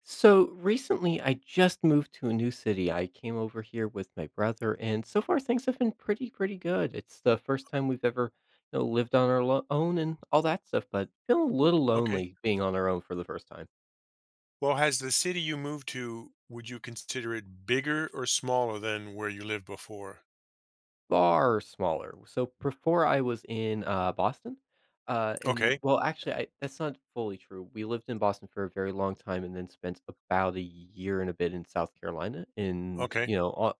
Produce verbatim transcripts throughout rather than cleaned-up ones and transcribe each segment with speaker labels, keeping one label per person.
Speaker 1: So recently, I just moved to a new city. I came over here with my brother, and so far things have been pretty, pretty good. It's the first time we've ever, you know, lived on our lo- own and all that stuff. But feeling a little
Speaker 2: Okay.
Speaker 1: lonely being on our own for the first time.
Speaker 2: Well, has the city you moved to, would you consider it bigger or smaller than where you lived before?
Speaker 1: Far smaller. So before I was in uh, Boston, uh, and
Speaker 2: Okay.
Speaker 1: well, actually, I, that's not fully true. We lived in Boston for a very long time, and then spent about a year and a bit in South Carolina, in you
Speaker 2: Okay.
Speaker 1: know,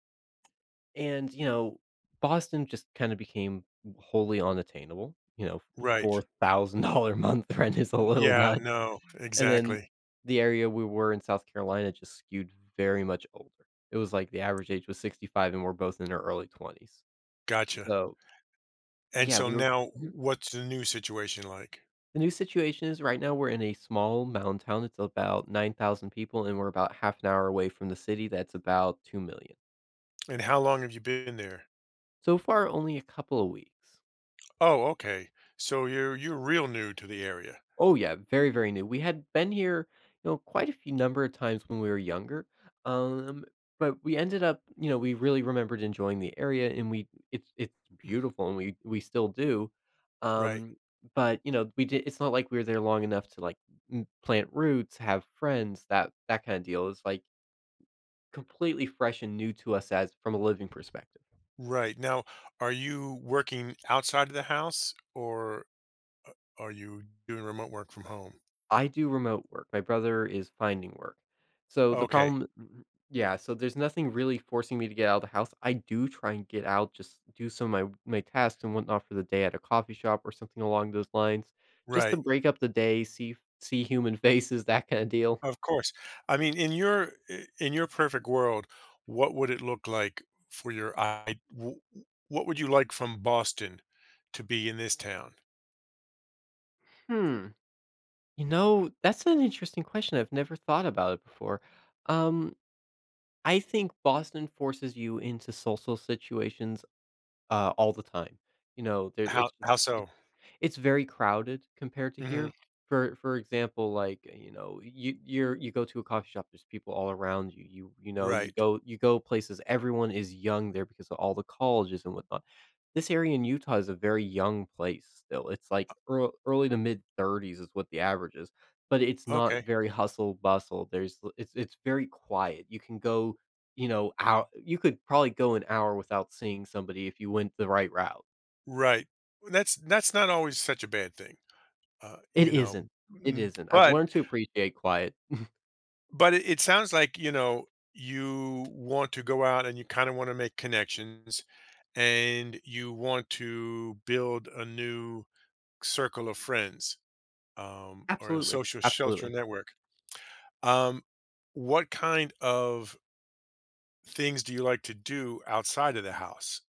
Speaker 1: And, you know, Boston just kinda became wholly unattainable, you know,
Speaker 2: Right.
Speaker 1: four thousand dollars month rent is a little
Speaker 2: Yeah.
Speaker 1: nut,
Speaker 2: No,
Speaker 1: and then
Speaker 2: exactly.
Speaker 1: the area we were in South Carolina just skewed very much older. It was like the average age was sixty-five and we're both in our early twenties.
Speaker 2: Gotcha.
Speaker 1: So,
Speaker 2: And
Speaker 1: yeah,
Speaker 2: so
Speaker 1: we were
Speaker 2: now
Speaker 1: Mhm.
Speaker 2: what's the new situation like?
Speaker 1: The new situation is right now we're in a small mountain town, it's about nine thousand people, and we're about half an hour away from the city that's about two million.
Speaker 2: And how long have you been there?
Speaker 1: So far, only a couple of weeks.
Speaker 2: Oh, okay. So you're you're real new to the area.
Speaker 1: Oh yeah, very, very new. We had been here, you know, quite a few number of times when we were younger. Um, but we ended up, you know, we really remembered enjoying the area and we it's it's
Speaker 2: Mm.
Speaker 1: beautiful and we we still do.
Speaker 2: Right.
Speaker 1: Um, but you know, we did it's not like we were there long enough to like m- plant roots, have friends, that that kind of deal is like completely fresh and new to us as from a living perspective.
Speaker 2: Right. Now, are you working outside of the house or are you doing remote work from home?
Speaker 1: I do remote work. My brother is finding work. So the
Speaker 2: Okay.
Speaker 1: problem m yeah, so there's nothing really forcing me to get out of the house. I do try and get out, just do some of my my tasks and whatnot for the day at a coffee shop or something along those lines, just to
Speaker 2: Right.
Speaker 1: break up the day, see see human faces, that kinda deal.
Speaker 2: Of course. I mean, in your i in your perfect world, what would it look like for your I w w what would you like from Boston to be in this town?
Speaker 1: Hmm, you know, that's an interesting question. I've never thought about it before. Um, I think Boston forces you into social situations, uh, all the time. You know, there
Speaker 2: How
Speaker 1: it's
Speaker 2: how
Speaker 1: just
Speaker 2: so?
Speaker 1: It's very crowded compared to
Speaker 2: Mhm.
Speaker 1: here. For for example, like, you know, you you're you go to a coffee shop, there's people all around you. You you know, you
Speaker 2: Right.
Speaker 1: go you go places, everyone is young there because of all the colleges and whatnot. This area in Utah is a very young place still. It's like earl early to mid-thirties is what the average is, but it's not
Speaker 2: Okay.
Speaker 1: very hustle bustle. There's l it's it's very quiet. You can go, you know, out You could probably go an hour without seeing somebody if you went the right route.
Speaker 2: Right. That's that's not always such a bad thing, uh,
Speaker 1: It
Speaker 2: you know,
Speaker 1: isn't. It
Speaker 2: m
Speaker 1: isn't. I've
Speaker 2: but
Speaker 1: learned to appreciate quiet.
Speaker 2: but it it sounds like, you know, you want to go out and you kinda wanna make connections, and you want to build a new circle of friends. Um, or a
Speaker 1: Absolutely,
Speaker 2: social shelter
Speaker 1: absolutely.
Speaker 2: network. Um, what kind of things do you like to do outside of the house?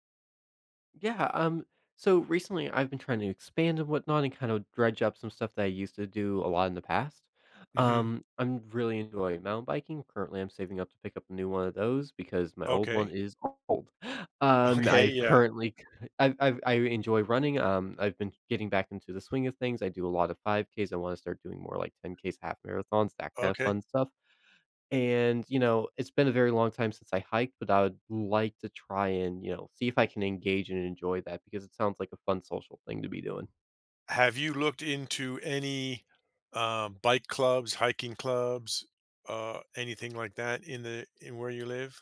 Speaker 1: Yeah, um, so recently I've been trying to expand and whatnot and kind of dredge up some stuff that I used to do a lot in the past.
Speaker 2: hmm
Speaker 1: Um, I'm really enjoying mountain biking. Currently, I'm saving up to pick up a new one of those because my old one
Speaker 2: Okay.
Speaker 1: is old. Um,
Speaker 2: Okay.
Speaker 1: I've
Speaker 2: Yeah.
Speaker 1: currently i i I enjoy running. Um, I've been getting back into the swing of things. I do a lot of five Ks. I wanna start doing more like ten Ks, half marathons, that kind of
Speaker 2: Okay.
Speaker 1: fun stuff. And, you know, it's been a very long time since I hiked, but I would like to try and, you know, see if I can engage and enjoy that because it sounds like a fun social thing to be doing.
Speaker 2: Have you looked into any um, bike clubs, hiking clubs, uh, anything like that in the in where you live?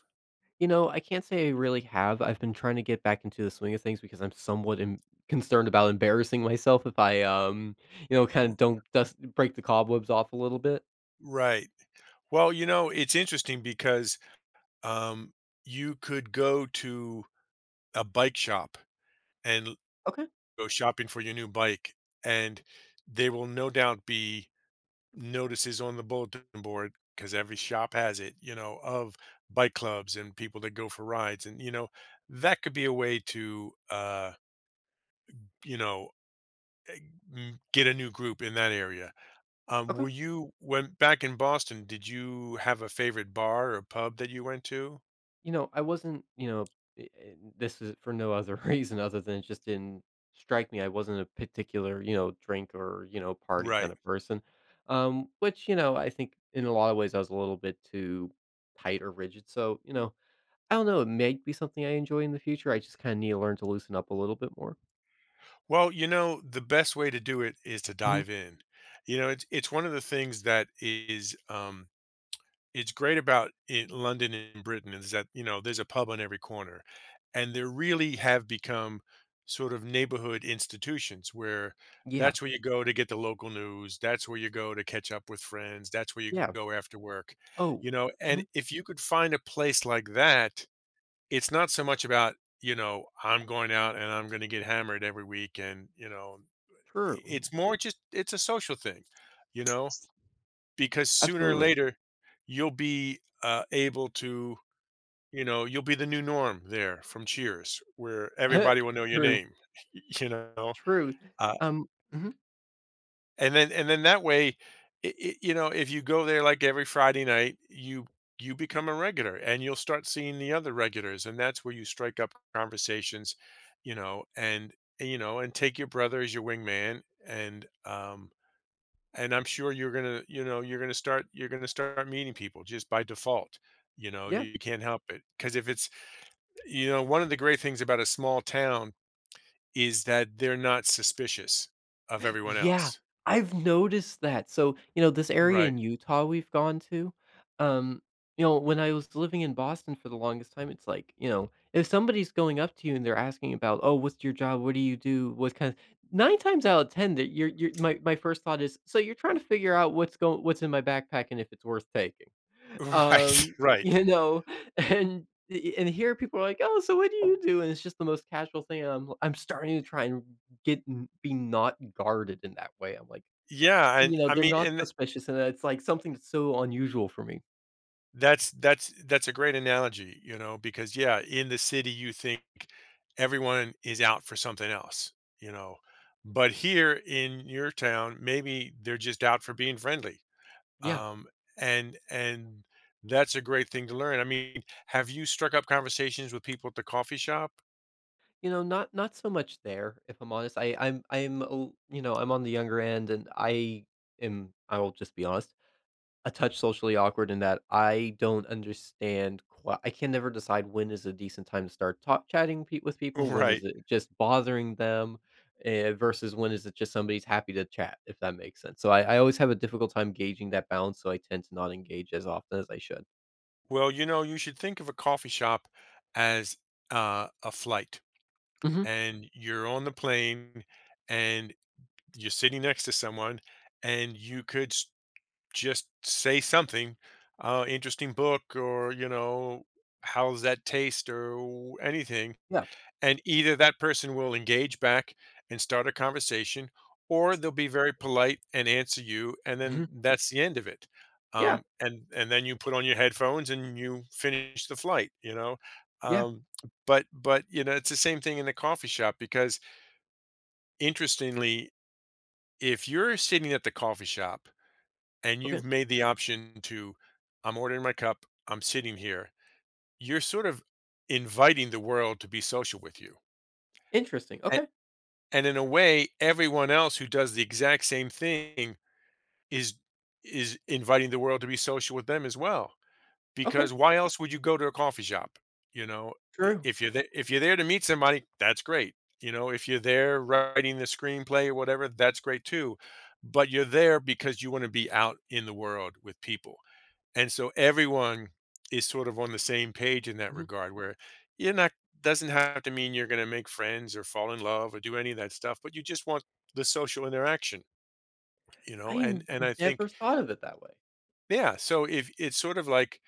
Speaker 1: You know, I can't say I really have. I've been trying to get back into the swing of things because I'm somewhat em- concerned about embarrassing myself if I, um, you know, kind of
Speaker 2: R-
Speaker 1: don't dust break the cobwebs off a little bit.
Speaker 2: Right. Well, you know, it's interesting because um, you could go to a bike shop and
Speaker 1: Okay.
Speaker 2: go shopping for your new bike, and there will no doubt be notices on the bulletin board because every shop has it, you know, of bike clubs and people that go for rides. And, you know, that could be a way to, uh, you know, eh, m- get a new group in that area. Um,
Speaker 1: Okay.
Speaker 2: were you, when back in Boston, did you have a favorite bar or pub that you went to?
Speaker 1: You know, I wasn't. You know, I I This is for no other reason other than it just didn't strike me. I wasn't a particular, you know, drink or, you know, party kind
Speaker 2: Right.
Speaker 1: of person. Um, which, you know, I think in a lot of ways I was a little bit too tight or rigid. So, you know, I don't know, it may be something I enjoy in the future. I just kind of need to learn to loosen up a little bit more.
Speaker 2: Well, you know, the best way to do it is to
Speaker 1: Mhm.
Speaker 2: dive in. You know, it's it's one of the things that is um, it's great about it, London and Britain is that, you know, there's a pub on every corner. And there really have become sort of neighborhood institutions where
Speaker 1: Yeah.
Speaker 2: that's where you go to get the local news. That's where you go to catch up with friends. That's where you
Speaker 1: Yeah.
Speaker 2: go after work,
Speaker 1: Oh,
Speaker 2: you know. And
Speaker 1: mhm,
Speaker 2: if you could find a place like that, it's not so much about, you know, I'm going out and I'm going to get hammered every week. And, you know,
Speaker 1: true.
Speaker 2: it's more just, it's a social thing, you know. Because sooner or
Speaker 1: Absolutely.
Speaker 2: later, you'll be, uh, able to you know, you'll be the new norm there from Cheers, where everybody will know your
Speaker 1: True.
Speaker 2: name. You know?
Speaker 1: True.
Speaker 2: Uh,
Speaker 1: Um, mhm,
Speaker 2: and then and then that way, I I you know, if you go there, like, every Friday night, you you become a regular, and you'll start seeing the other regulars, and that's where you strike up conversations, you know, and you know, and take your brother as your wingman, and, um and I'm sure you're gonna, you know, you're gonna start you're gonna start meeting people just by default. You know,
Speaker 1: yeah.
Speaker 2: you can't help it because if it's, you know, one of the great things about a small town is that they're not suspicious of everyone
Speaker 1: Yeah,
Speaker 2: else.
Speaker 1: I've noticed that. So, you know, this area
Speaker 2: Right.
Speaker 1: in Utah we've gone to, um, you know, when I was living in Boston for the longest time, it's like, you know, if somebody's going up to you and they're asking about, "Oh, what's your job? What do you do? What kind of" nine times out of ten that you're you're my my first thought is, "So you're trying to figure out what's going what's in my backpack and if it's worth taking."
Speaker 2: Right.
Speaker 1: Um,
Speaker 2: Right.
Speaker 1: you know, and and here people are like, "Oh, so what do you do?" And it's just the most casual thing, and I'm I'm starting to try and get n be not guarded in that way. I'm like,
Speaker 2: Yeah,
Speaker 1: you
Speaker 2: and
Speaker 1: know,
Speaker 2: I
Speaker 1: they're
Speaker 2: mean,
Speaker 1: not
Speaker 2: and
Speaker 1: suspicious, and it's, like, something that's so unusual for me.
Speaker 2: that's that's that's a great analogy, you know, because yeah, in the city you think everyone is out for something else, you know, but here in your town, maybe they're just out for being friendly.
Speaker 1: Yeah.
Speaker 2: Um, and and that's a great thing to learn. I mean, have you struck up conversations with people at the coffee shop?
Speaker 1: You know, not not so much there, if I'm honest. I I'm I'm, uh, you know, I'm on the younger end, and I am I will just be honest. A touch socially awkward in that I don't understand qui I can never decide when is a decent time to start talk chatting pe with people, when is
Speaker 2: Right.
Speaker 1: it just bothering them, eh, versus when is it just somebody's happy to chat, if that makes sense. So I I always have a difficult time gauging that balance, so I tend to not engage as often as I should.
Speaker 2: Well, you know, you should think of a coffee shop as uh, a flight,
Speaker 1: Mhm.
Speaker 2: and you're on the plane, and you're sitting next to someone, and you could s- just say something, uh, interesting book, or you know, how's that taste, or anything.
Speaker 1: Yeah.
Speaker 2: And either that person will engage back and start a conversation, or they'll be very polite and answer you, and then
Speaker 1: Mhm.
Speaker 2: that's the end of it.
Speaker 1: Yeah.
Speaker 2: Um, and and then you put on your headphones and you finish the flight, you know.
Speaker 1: Yeah.
Speaker 2: Um, but but you know, it's the same thing in the coffee shop because interestingly, if you're sitting at the coffee shop and
Speaker 1: Okay.
Speaker 2: you've made the option to, I'm ordering my cup, I'm sitting here, you're sort of inviting the world to be social with you.
Speaker 1: Interesting. Okay.
Speaker 2: And in a way, everyone else who does the exact same thing is is inviting the world to be social with them as well.
Speaker 1: Okay.
Speaker 2: Because why else would you go to a coffee shop? You know, I
Speaker 1: True.
Speaker 2: if you're there if you're there to meet somebody, that's great. You know, if you're there writing the screenplay or whatever, that's great too. But you're there because you wanna be out in the world with people. And so everyone is sort of on the same page in that
Speaker 1: Mhm.
Speaker 2: regard where you're not doesn't have to mean you're going to make friends or fall in love or do any of that stuff, but you just want the social interaction, you
Speaker 1: I
Speaker 2: know? And
Speaker 1: n
Speaker 2: and I
Speaker 1: Never
Speaker 2: think
Speaker 1: thought of it that way.
Speaker 2: yeah, so if it's sort of like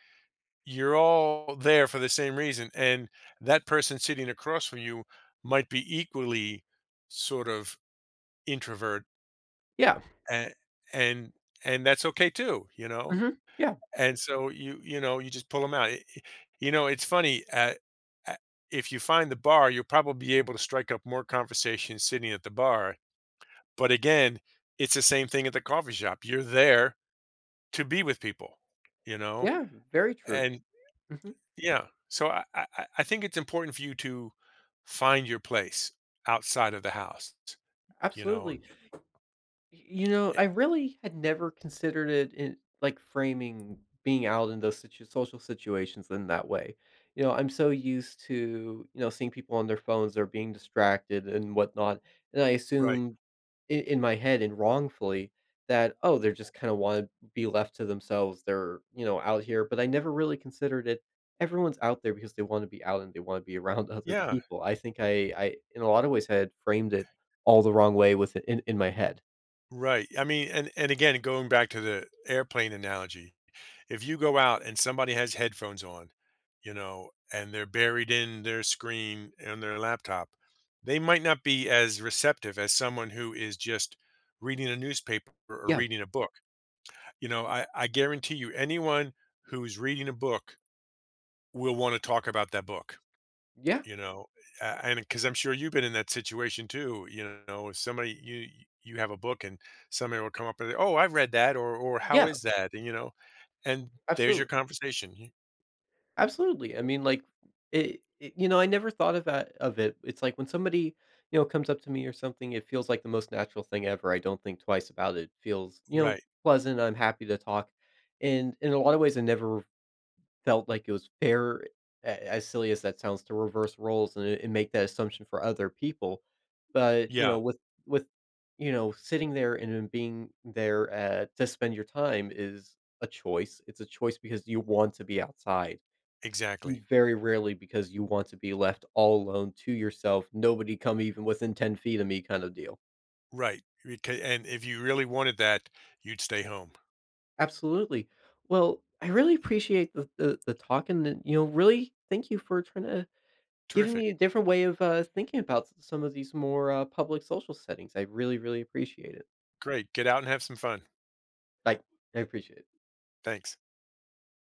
Speaker 2: you're all there for the same reason and that person sitting across from you might be equally sort of introvert
Speaker 1: Yeah.
Speaker 2: and and and that's okay too, you know?
Speaker 1: Mhm. Yeah.
Speaker 2: And so you you know, you just pull them out. It it you know, it's funny, uh, a if you find the bar, you'll probably be able to strike up more conversation sitting at the bar, but again, it's the same thing at the coffee shop. You're there to be with people, you know?
Speaker 1: Yeah. Very true.
Speaker 2: And
Speaker 1: Mhm.
Speaker 2: yeah. So I I I I think it's important for you to find your place outside of the house, you know?
Speaker 1: Absolutely. you know,
Speaker 2: It
Speaker 1: I really had never considered it in like framing being out in those situ social situations in that way. You know, I'm so used to, you know, seeing people on their phones or being distracted and whatnot, and I
Speaker 2: Right.
Speaker 1: assume I in my head and wrongfully that, "Oh, they're just kinda wanna be left to themselves. They're, you know, out here," but I never really considered it everyone's out there because they wanna be out and they wanna be around other
Speaker 2: Yeah.
Speaker 1: people. I think I I in a lot of ways, had framed it all the wrong way with in in my head.
Speaker 2: Right. I mean, and and again, going back to the airplane analogy if you go out and somebody has headphones on, you know, and they're buried in their screen and their laptop, they might not be as receptive as someone who is just reading a newspaper or
Speaker 1: Yeah,
Speaker 2: reading a book. You know, I, I guarantee you, anyone who's reading a book will want to talk about that book,
Speaker 1: yeah,
Speaker 2: you know, a- and because I'm sure you've been in that situation too. You know, if somebody, you, you have a book and somebody will come up and, say, oh, I've read that, or, or how
Speaker 1: yeah,
Speaker 2: is that? And, you know, and there's your
Speaker 1: absolutely,
Speaker 2: conversation.
Speaker 1: absolutely. I mean, like, it, it you know, I never thought of that of it. It's like when somebody, you know, comes up to me or something, it feels like the most natural thing ever. I don't think twice about it. It feels, you know,
Speaker 2: Right.
Speaker 1: pleasant. I'm happy to talk. And in a lot of ways, I never felt like it was fair, a as silly as that sounds, to reverse roles and and make that assumption for other people. But, you
Speaker 2: Yeah,
Speaker 1: know, with with, you know, sitting there and then being there, uh, to spend your time is a choice. It's a choice because you want to be outside.
Speaker 2: exactly.
Speaker 1: Very rarely because you want to be left all alone to yourself, nobody come even within ten feet of me kind of deal.
Speaker 2: Right. Becau And if you really wanted that, you'd stay home.
Speaker 1: Absolutely. Well, I really appreciate the the the talk and, you know, really thank you for trying to giving
Speaker 2: Terrific.
Speaker 1: me a different way of uh, thinking about s- some of these more uh, public social settings. I really, really appreciate it.
Speaker 2: Great. Get out and have some fun.
Speaker 1: Like, I appreciate it.
Speaker 2: Thanks.